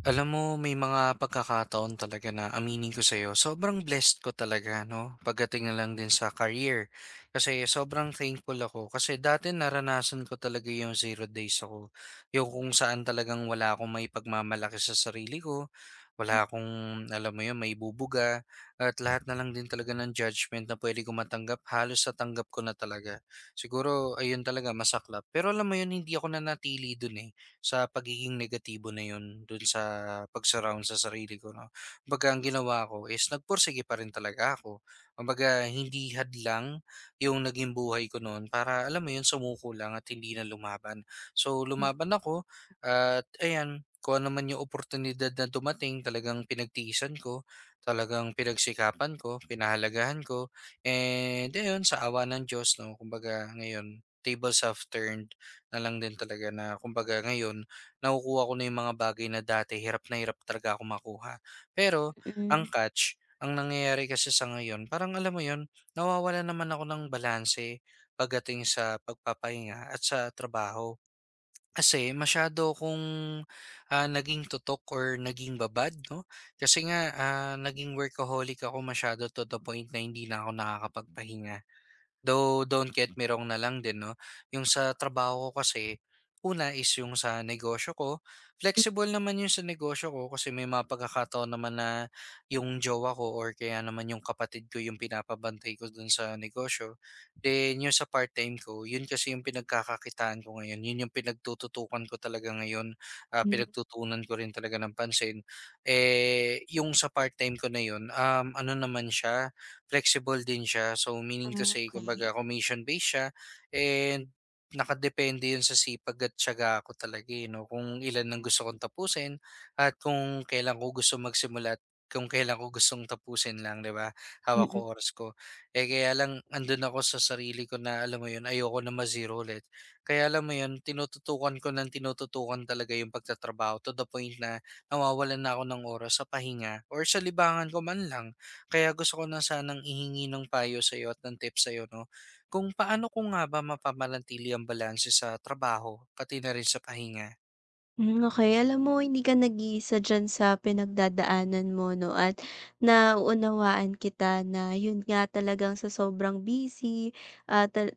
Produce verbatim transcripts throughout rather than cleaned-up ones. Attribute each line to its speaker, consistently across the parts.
Speaker 1: Alam mo, may mga pagkakataon talaga na aminin ko sa'yo, sobrang blessed ko talaga, no? Pagdating na lang din sa career. Kasi sobrang thankful ako. Kasi dati naranasan ko talaga yung zero days ako. Yung kung saan talagang wala akong may pagmamalaki sa sarili ko. Wala akong, alam mo yun, may bubuga. At lahat na lang din talaga ng judgment na pwede ko matanggap. Halos sa tanggap ko na talaga. Siguro, ayun talaga, masaklap. Pero alam mo yun, hindi ako nanatili dun eh sa pagiging negatibo na yun dun sa pag-surround sa sarili ko 'no. Kumbaga ang ginawa ko is nagpursige pa rin talaga ako. Kumbaga hindi hadlang yung naging buhay ko noon para alam mo yun sumuko lang at hindi na lumaban. So lumaban ako at ayan kung ano man yung oportunidad na dumating talagang pinagtiisan ko, talagang pinagsikapan ko, pinahalagahan ko, and ayun sa awa ng Diyos 'no, kumbaga ngayon tables have turned na lang din talaga na kumbaga ngayon nakukuha ko na yung mga bagay na dati hirap na hirap talaga ako makuha. Pero ang
Speaker 2: Mm.
Speaker 1: catch, ang nangyayari kasi sa ngayon, parang alam mo yun, nawawala naman ako ng balanse pagdating sa pagpapahinga at sa trabaho. Kasi masyado kung ah, naging tutok or naging babad, no? Kasi nga ah, naging workaholic ako masyado to the point na hindi na ako nakakapagpahinga. Though, don't get me wrong na lang din 'no, yung sa trabaho ko kasi, una is yung sa negosyo ko, flexible naman yung sa negosyo ko kasi may mga pagkakataon naman na yung jowa ko or kaya naman yung kapatid ko yung pinapabantay ko dun sa negosyo. Then yung sa part-time ko, yun kasi yung pinagkakakitaan ko ngayon, yun yung pinagtututukan ko talaga ngayon, ah,
Speaker 2: Hmm.
Speaker 1: pinagtutuunan ko rin talaga ng pansin. Eh, yung sa part-time ko na yun, um, ano naman siya flexible din siya. So
Speaker 2: Ah,
Speaker 1: meaning to say, kumbaga
Speaker 2: okey.
Speaker 1: commission-based siya and nakadepende yun sa sipag at tiyaga ko talaga eh, no? Kung ilan ang gusto kong tapusin at kung kailan ko gusto magsimula at kung kailan ko gustong tapusin lang, di ba? Hawak ko
Speaker 2: Mm.
Speaker 1: oras ko. Eh kaya lang, andun ako sa sarili ko na, alam mo yun, ayoko na ma-zero ulit. Kaya alam mo yun, tinututukan ko ng tinututukan talaga yung pagtatrabaho to the point na nawawalan na ako ng oras sa pahinga or sa libangan ko man lang. Kaya gusto ko na sanang ihingi ng payo sa iyo at ng tips sa iyo 'no, kung paano ko nga ba mapapanatili ang balanse sa trabaho, pati na rin sa pahinga?
Speaker 2: Hmm, okay. Alam mo, hindi ka nag-iisa diyan sa pinagdadaanan mo 'no, at nauunawaan kita na yun nga, talagang sa sobrang busy at tal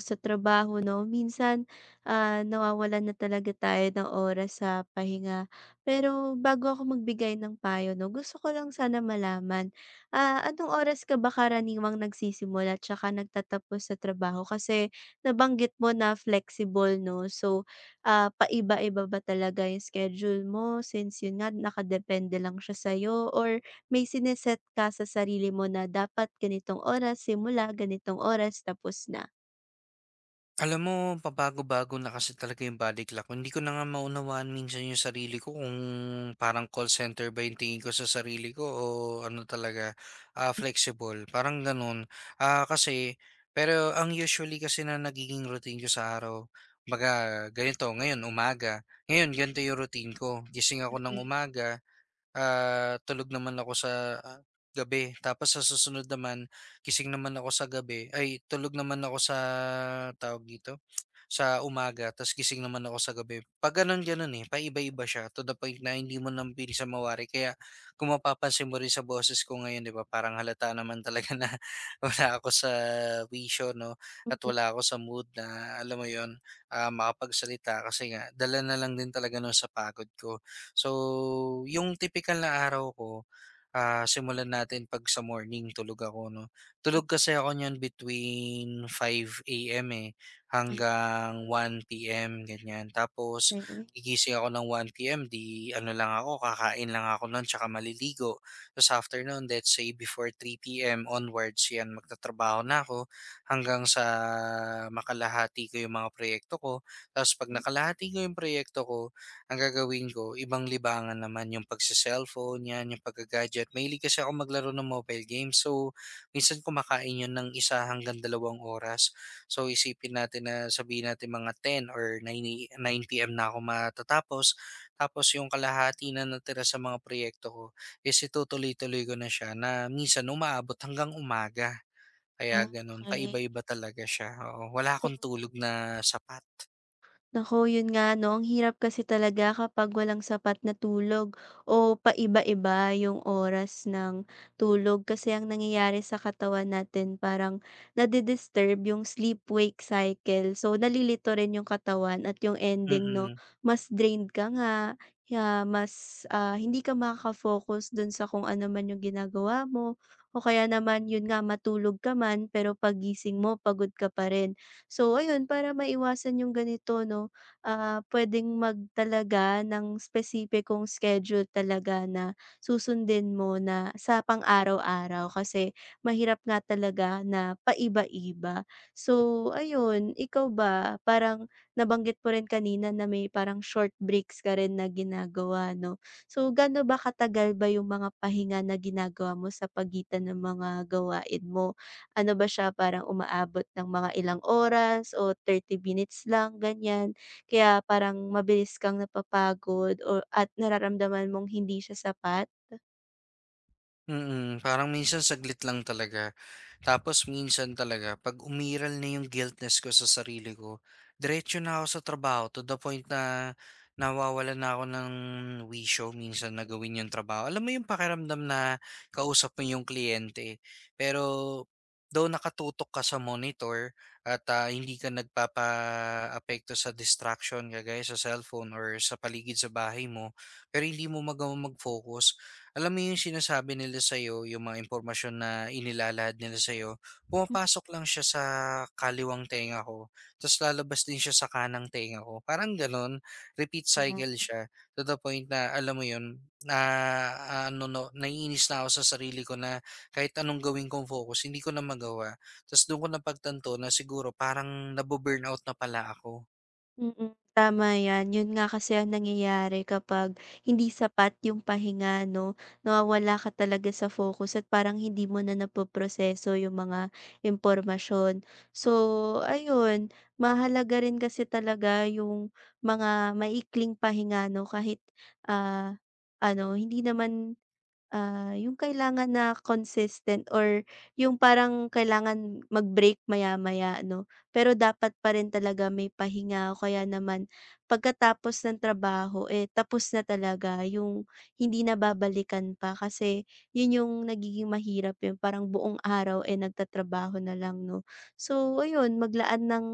Speaker 2: sa trabaho 'no, minsan, ah, nawawalan na talaga tayo ng oras sa pahinga. Pero bago ako magbigay ng payo 'no, gusto ko lang sana malaman, ah, anong oras ka ba karaniwang nagsisimula tsaka nagtatapos sa trabaho? Kasi nabanggit mo na flexible 'no. So, Ah, paiba-iba ba talaga yung schedule mo, since yun nga nakadepende lang siya sa'yo, or may sine ka sa sarili mo na dapat ganitong oras simula, ganitong oras tapos na?
Speaker 1: Alam mo, pabago-bago na kasi talaga yung body clock ko. Hindi ko na nga maunawaan minsan yung sarili ko kung parang call center ba yung tingin ko sa sarili ko o ano talaga, ah, flexible. Parang ganun. Ah, kasi, pero ang usually kasi na nagiging routine ko sa araw, baga ganito, ngayon umaga. Ngayon, ganito yung routine ko. Gising ako ng
Speaker 2: Mm.
Speaker 1: umaga, ah, tulog naman ako sa ah, gabi. Tapos sa susunod naman, gising naman ako sa gabi. Ay, tulog naman ako sa tawag dito, sa umaga. Tapos gising naman ako sa gabi. Pag ganun, ganun eh. Paiba-iba siya. To the point na hindi mo nang pili sa mawari. Kaya kung mapapansin mo rin sa boses ko ngayon, di ba? Parang halata naman talaga na wala ako sa wisyo, no? At
Speaker 2: Mm.
Speaker 1: wala ako sa mood na, alam mo yon ah makapagsalita. Kasi nga, dala na lang din talaga nun sa pagod ko. So, yung tipikal na araw ko, ah, simulan natin 'pag sa morning tulog ako 'no.
Speaker 2: Mm.
Speaker 1: Tulog kasi ako niyan between five A M eh,
Speaker 2: Ah,
Speaker 1: hanggang one P M ganyan. Tapos
Speaker 2: okey.
Speaker 1: gigising ako ng one P M, 'di ano lang ako, kakain lang ako nun tsaka maliligo. Tapos after let's say before three P M onwards, 'yan magtatrabaho na ako hanggang sa makalahati ko yung mga proyekto ko. Tapos 'pag
Speaker 2: Hmm,
Speaker 1: nakalahati ko yung proyekto ko, ang gagawin ko, ibang libangan naman yung pagse-cellphone, 'yan, yung pagga-gadget. Mahilig kasi akong maglaro ng mobile games. So, minsan kumakain 'yun ng isa hanggang dalawang oras. So, isipin natin na sabihin natin mga ten or nine A nine P M na ako matatapos. Tapos yung kalahati na natira sa mga proyekto ko is itutuloy-tuloy ko na siya na minsan umaabot hanggang umaga. Kaya gano'n,
Speaker 2: okey.
Speaker 1: paiba-iba talaga siya, oo. Wala
Speaker 2: So,
Speaker 1: akong tulog na sapat.
Speaker 2: naku, yun nga 'no, ang hirap kasi talaga kapag walang sapat na tulog o paiba-iba yung oras ng tulog. Kasi ang nangyayari sa katawan natin, parang nadi-disturb yung sleep-wake cycle. So, nalilito rin yung katawan, at yung ending 'no,
Speaker 1: Mm.
Speaker 2: mas drained ka nga, ya mas, ah, hindi ka makaka-focus dun sa kung ano man yung ginagawa mo, o kaya naman yun nga matulog ka man pero pagising mo pagod ka pa rin. So ayun, para maiwasan yung ganito 'no, ah, puwedeng magtalaga ng espesipikong schedule talaga na susundin mo na sa pang-araw-araw, kasi mahirap nga talaga na paiba-iba. So ayun, ikaw ba, parang nabanggit mo rin kanina na may parang short breaks ka rin na ginagawa 'no. So ganon ba, katagal ba yung mga pahinga na ginagawa mo sa pagitan ng mga gawain mo? Ano ba siya, parang umaabot ng mga ilang oras, o thirty minutes lang, ganyan? Kaya parang mabilis kang napapagod, o at nararamdaman mong hindi siya sapat?
Speaker 1: Mm, parang minsan saglit lang talaga. Tapos minsan talaga 'pag umiral na yung guiltness ko sa sarili ko, diretso na ako sa trabaho to the point na nawawala na ako ng wisyo minsan na gawin yung trabaho. Alam mo yung pakiramdam na kausap mo yung kliyente, pero though nakatutok ka sa monitor at, ah, hindi ka nagpapa nagpapaapekto sa distraction kagaya sa cellphone or sa paligid sa bahay mo, pero hindi mo magawa mag-focus, alam mo yung sinasabi nila sa'yo, yung mga impormasyon na inilalahad nila sa'yo, pumapasok lang siya sa kaliwang tenga ko, tapos lalabas din siya sa kanang tenga ko. Parang ganun, repeat
Speaker 2: Mm.
Speaker 1: cycle siya to the point na, alam mo yun, na ano no, naiinis na ako sa sarili ko na kahit anong gawin kong focus, hindi ko na magawa. Tapos doon ko napagtanto na siguro parang nabuburnout na pala ako.
Speaker 2: Mm, tama 'yan. 'Yun nga kasi ang nangyayari kapag hindi sapat yung pahinga 'no, nawawala ka talaga sa focus, at parang hindi mo na napoproseso yung mga impormasyon. So ayun, mahalaga rin kasi talaga yung mga maikling pahinga 'no, kahit, ah, ano, hindi naman, Ah, yung kailangan na consistent, or yung parang kailangan mag-break maya-maya 'no, pero dapat pa rin talaga may pahinga, o kaya naman pagkatapos ng trabaho, eh, tapos na talaga yung hindi na babalikan pa, kasi yun yung nagiging mahirap, yung parang buong araw, eh, nagtatrabaho na lang 'no. So ayun, maglaan ng,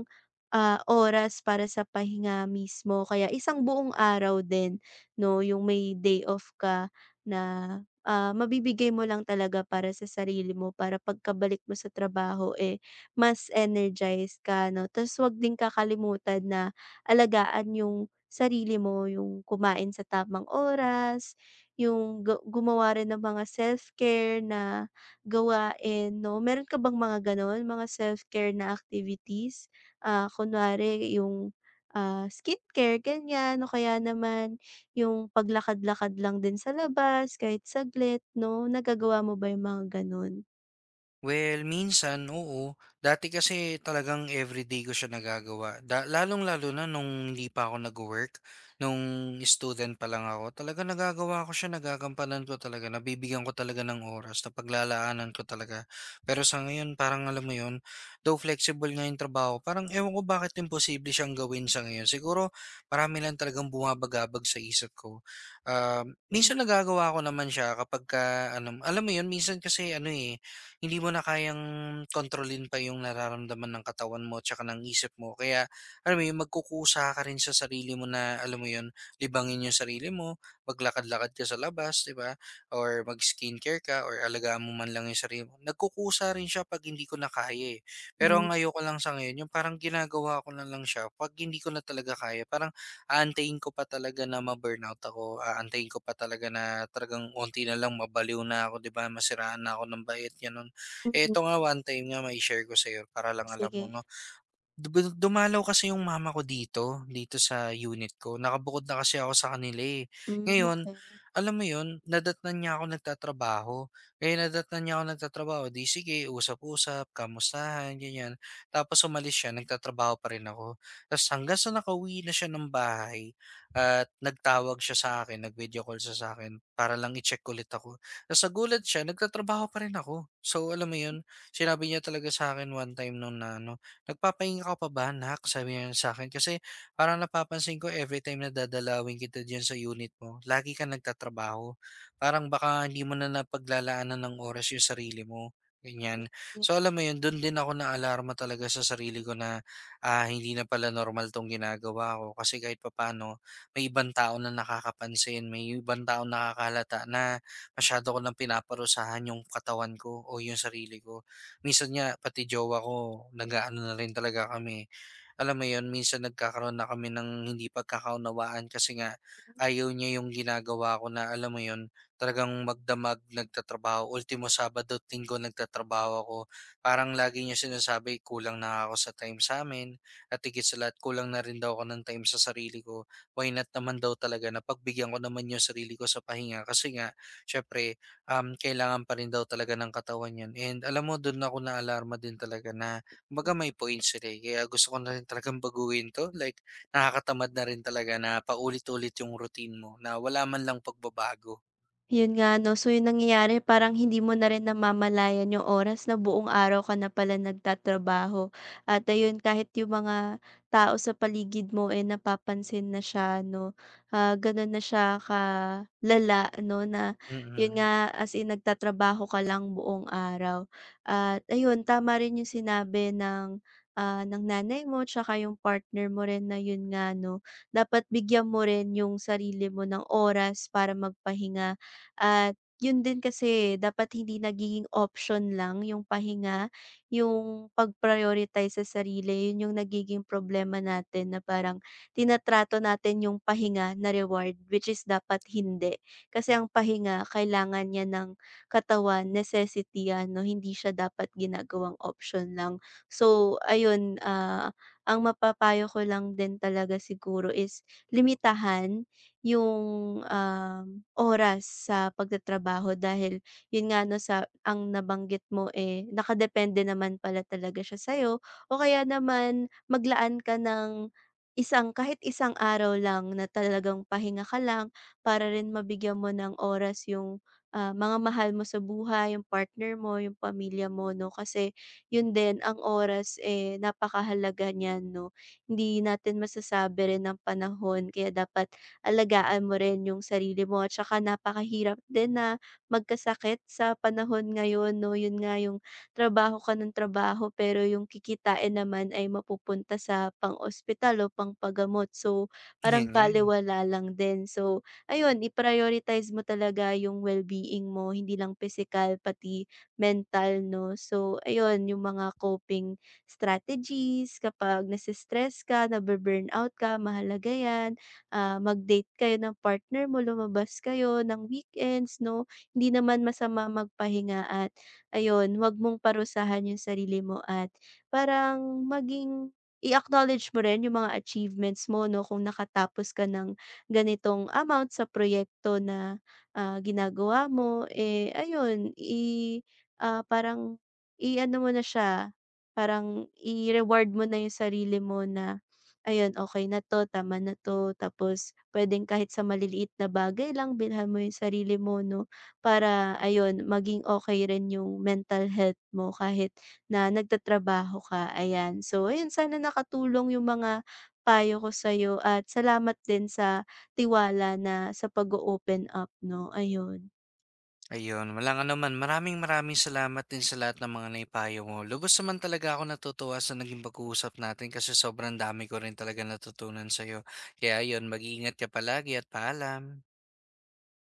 Speaker 2: ah, oras para sa pahinga mismo, kaya isang buong araw din 'no, yung may day off ka na ah, mabibigay mo lang talaga para sa sarili mo, para pagkabalik mo sa trabaho, eh, mas energized ka 'no. Ta's huwag din kakalimutan na alagaan yung sarili mo, yung kumain sa tamang oras, yung gu gumawa rin ng mga self-care na gawain 'no. Meron ka bang mga gano'n, mga self-care na activities? Ah, kunwari yung, ah, skincare, ganyan, o kaya naman yung paglakad-lakad lang din sa labas kahit saglit 'no, nagagawa mo ba yung mga gano'n?
Speaker 1: Well, minsan, oo. Dati kasi talagang everyday ko siya nagagawa. Da- lalong-lalo na nung hindi pa ako nag-work, nung student pa lang ako, talaga nagagawa ko siya, nagagampanan ko talaga, nabibigyan ko talaga ng oras, napaglalaanan ko talaga. Pero sa ngayon, parang alam mo yun, though flexible nga yung trabaho, parang ewan ko bakit imposible siyang gawin sa ngayon. Siguro, marami lang talagang bumabagabag sa isip ko. Um, minsan nagagawa ko naman siya kapag, ka, ano, alam mo yun, minsan kasi ano eh, hindi mo na kayang kontrolin pa yung nararamdaman ng katawan mo tsaka ng isip mo. Kaya alam mo yun, magkukusa ka rin sa sarili mo na alam mo yun, libangin yung sarili mo, maglakad-lakad ka sa labas, di ba? Or mag-skincare ka or alagaan mo man lang yung sarili mo. Nagkukusa rin siya pag hindi ko na kaya eh. Pero
Speaker 2: Hmm.
Speaker 1: ang ayoko lang sa ngayon, yung parang ginagawa ko na lang siya pag hindi ko na talaga kaya. Parang aantayin ko pa talaga na ma-burnout ako. Aantayin ko pa talaga na talagang unti na lang mabaliw na ako, di ba? Masiraan na ako ng bait, yan.
Speaker 2: Mm,
Speaker 1: Eto nga, one time nga may share ko sa'yo para lang alam mo
Speaker 2: sige.
Speaker 1: 'no, Dubu dumalaw kasi yung mama ko dito, dito sa unit ko. Nakabukod na kasi ako sa kanila, eh.
Speaker 2: Hmm,
Speaker 1: Ngayon,
Speaker 2: okey.
Speaker 1: alam mo yun, nadatnan niya ako nagtatrabaho. Kaya nadatnan niya ako nagtatrabaho, di sige, usap-usap, kamustahan, ganyan. Tapos umalis siya, nagtatrabaho pa rin ako. Tapos hanggang sa nakauwi na siya ng bahay at nagtawag siya sa akin, nag-video call siya sa akin para lang i-check ulit ako. Tapos sa gulat siya, nagtatrabaho pa rin ako. So alam mo yun, sinabi niya talaga sa akin one time nung na ano, "Nagpapahinga ka pa ba, nak?" Sabi niya sa akin. Kasi parang napapansin ko everytime na dadalawin kita diyan sa unit mo, lagi kang nagtatrabaho. Parang baka hindi mo na napaglalaanan ng oras yung sarili mo, ganyan. So alam mo yun, dun din ako na naalarma talaga sa sarili ko na, ah, hindi na pala normal 'tong ginagawa ko. Kasi kahit papaano may ibang tao na nakakapansin, may ibang tao na nakakahalata na masyado ko ng pinaparusahan yung katawan ko o yung sarili ko. Minsan nga pati jowa ko nag-aano na rin talaga kami, alam mo yun, minsan nagkakaroon na kami ng hindi pagkakaunawaan kasi nga ayaw niya yung ginagawa ko na alam mo yun, talagang magdamag nagtatrabaho. Ultimo Sabado at Linggo nagtatrabaho ako. Parang lagi niya sinasabi, kulang na ako sa time sa amin at higit sa lahat, kulang na rin daw ako ng time sa sarili ko. Why not naman daw talaga na pagbigyan ko naman yung sarili ko sa pahinga kasi nga, syempre, um, kailangan pa rin daw talaga ng katawan yun. And alam mo, doon ako na-alarma din talaga na kumbaga may points sila, eh, kaya gusto ko na rin talagang baguhin 'to, like nakakatamad na rin talaga na paulit-ulit yung routine mo na wala man lang pagbabago.
Speaker 2: Yun nga 'no, so yung nangyayari parang hindi mo na rin namamalayan yung oras na buong araw ka na pala nagtatrabaho, at ayun kahit yung mga tao sa paligid mo, eh, napapansin na siya 'no. Ah, ganun na siya ka kalala 'no, na yun
Speaker 1: Mm,
Speaker 2: nga, as in nagtatrabaho ka lang buong araw. At ayun, tama rin yung sinabi ng, ah, ng nanay mo tsaka yung partner mo rin, na yun nga 'no, dapat bigyan mo rin yung sarili mo ng oras para magpahinga. At yun din kasi, dapat hindi nagiging option lang yung pahinga, yung pag-prioritize sa sarili, yun yung nagiging problema natin na parang tinatrato natin yung pahinga na reward, which is dapat hindi. Kasi ang pahinga, kailangan niya ng katawan, necessity yan, no? Hindi siya dapat ginagawang option lang. So ayun, ah, ang mapapayo ko lang din talaga siguro is limitahan yung, um, oras sa pagtatrabaho, dahil yun nga 'no, sa ang nabanggit mo, eh, nakadepende naman pala talaga siya sa'yo, o kaya naman maglaan ka ng isang, kahit isang araw lang na talagang pahinga ka lang, para rin mabigyan mo ng oras yung, ah, mga mahal mo sa buhay, yung partner mo, yung pamilya mo 'no. Kasi yun din ang oras, eh, napakahalaga niyan 'no. Hindi natin masasabi rin ang panahon, kaya dapat alagaan mo rin yung sarili mo, at saka napakahirap din na magkasakit sa panahon ngayon 'no. Yun nga yung trabaho ka ng trabaho, pero yung kikitain naman ay mapupunta sa pang-ospital o pangpagamot. So parang
Speaker 1: yun nga, eh.
Speaker 2: balewala lang din. So ayun, i-prioritize mo talaga yung well-being mo, hindi lang physical, pati mental 'no. So ayun yung mga coping strategies kapag nase ka, nabu-burnout ka, mahalaga yan, ah, mag-date kayo ng partner mo, lumabas kayo ng weekends 'no. Hindi naman masama magpahinga, at ayun, wag mong parusahan yung sarili mo, at parang maging i-acknowledge mo rin yung mga achievements mo 'no, kung nakatapos ka ng ganitong amount sa proyekto na, ah, ginagawa mo, eh, ayun, i ah, parang i-ano mo na siya, parang i-reward mo na yung sarili mo na, ayun, okay na 'to, tama na 'to. Tapos puwedeng kahit sa maliliit na bagay lang bilhan mo yung sarili mo 'no, para ayun, maging okay rin yung mental health mo kahit na nagtatrabaho ka, ayan. So ayun, sana nakatulong yung mga payo ko sa'yo, at salamat din sa tiwala, na sa pag open up 'no, ayun.
Speaker 1: Ayun, walang anuman. Maraming-maraming salamat din sa lahat ng mga naipayo mo. Lubos naman talaga ako natutuwa sa naging pag-uusap natin kasi sobrang dami ko rin talagang natutunan sa'yo. Kaya ayun, mag-iingat ka palagi at paalam.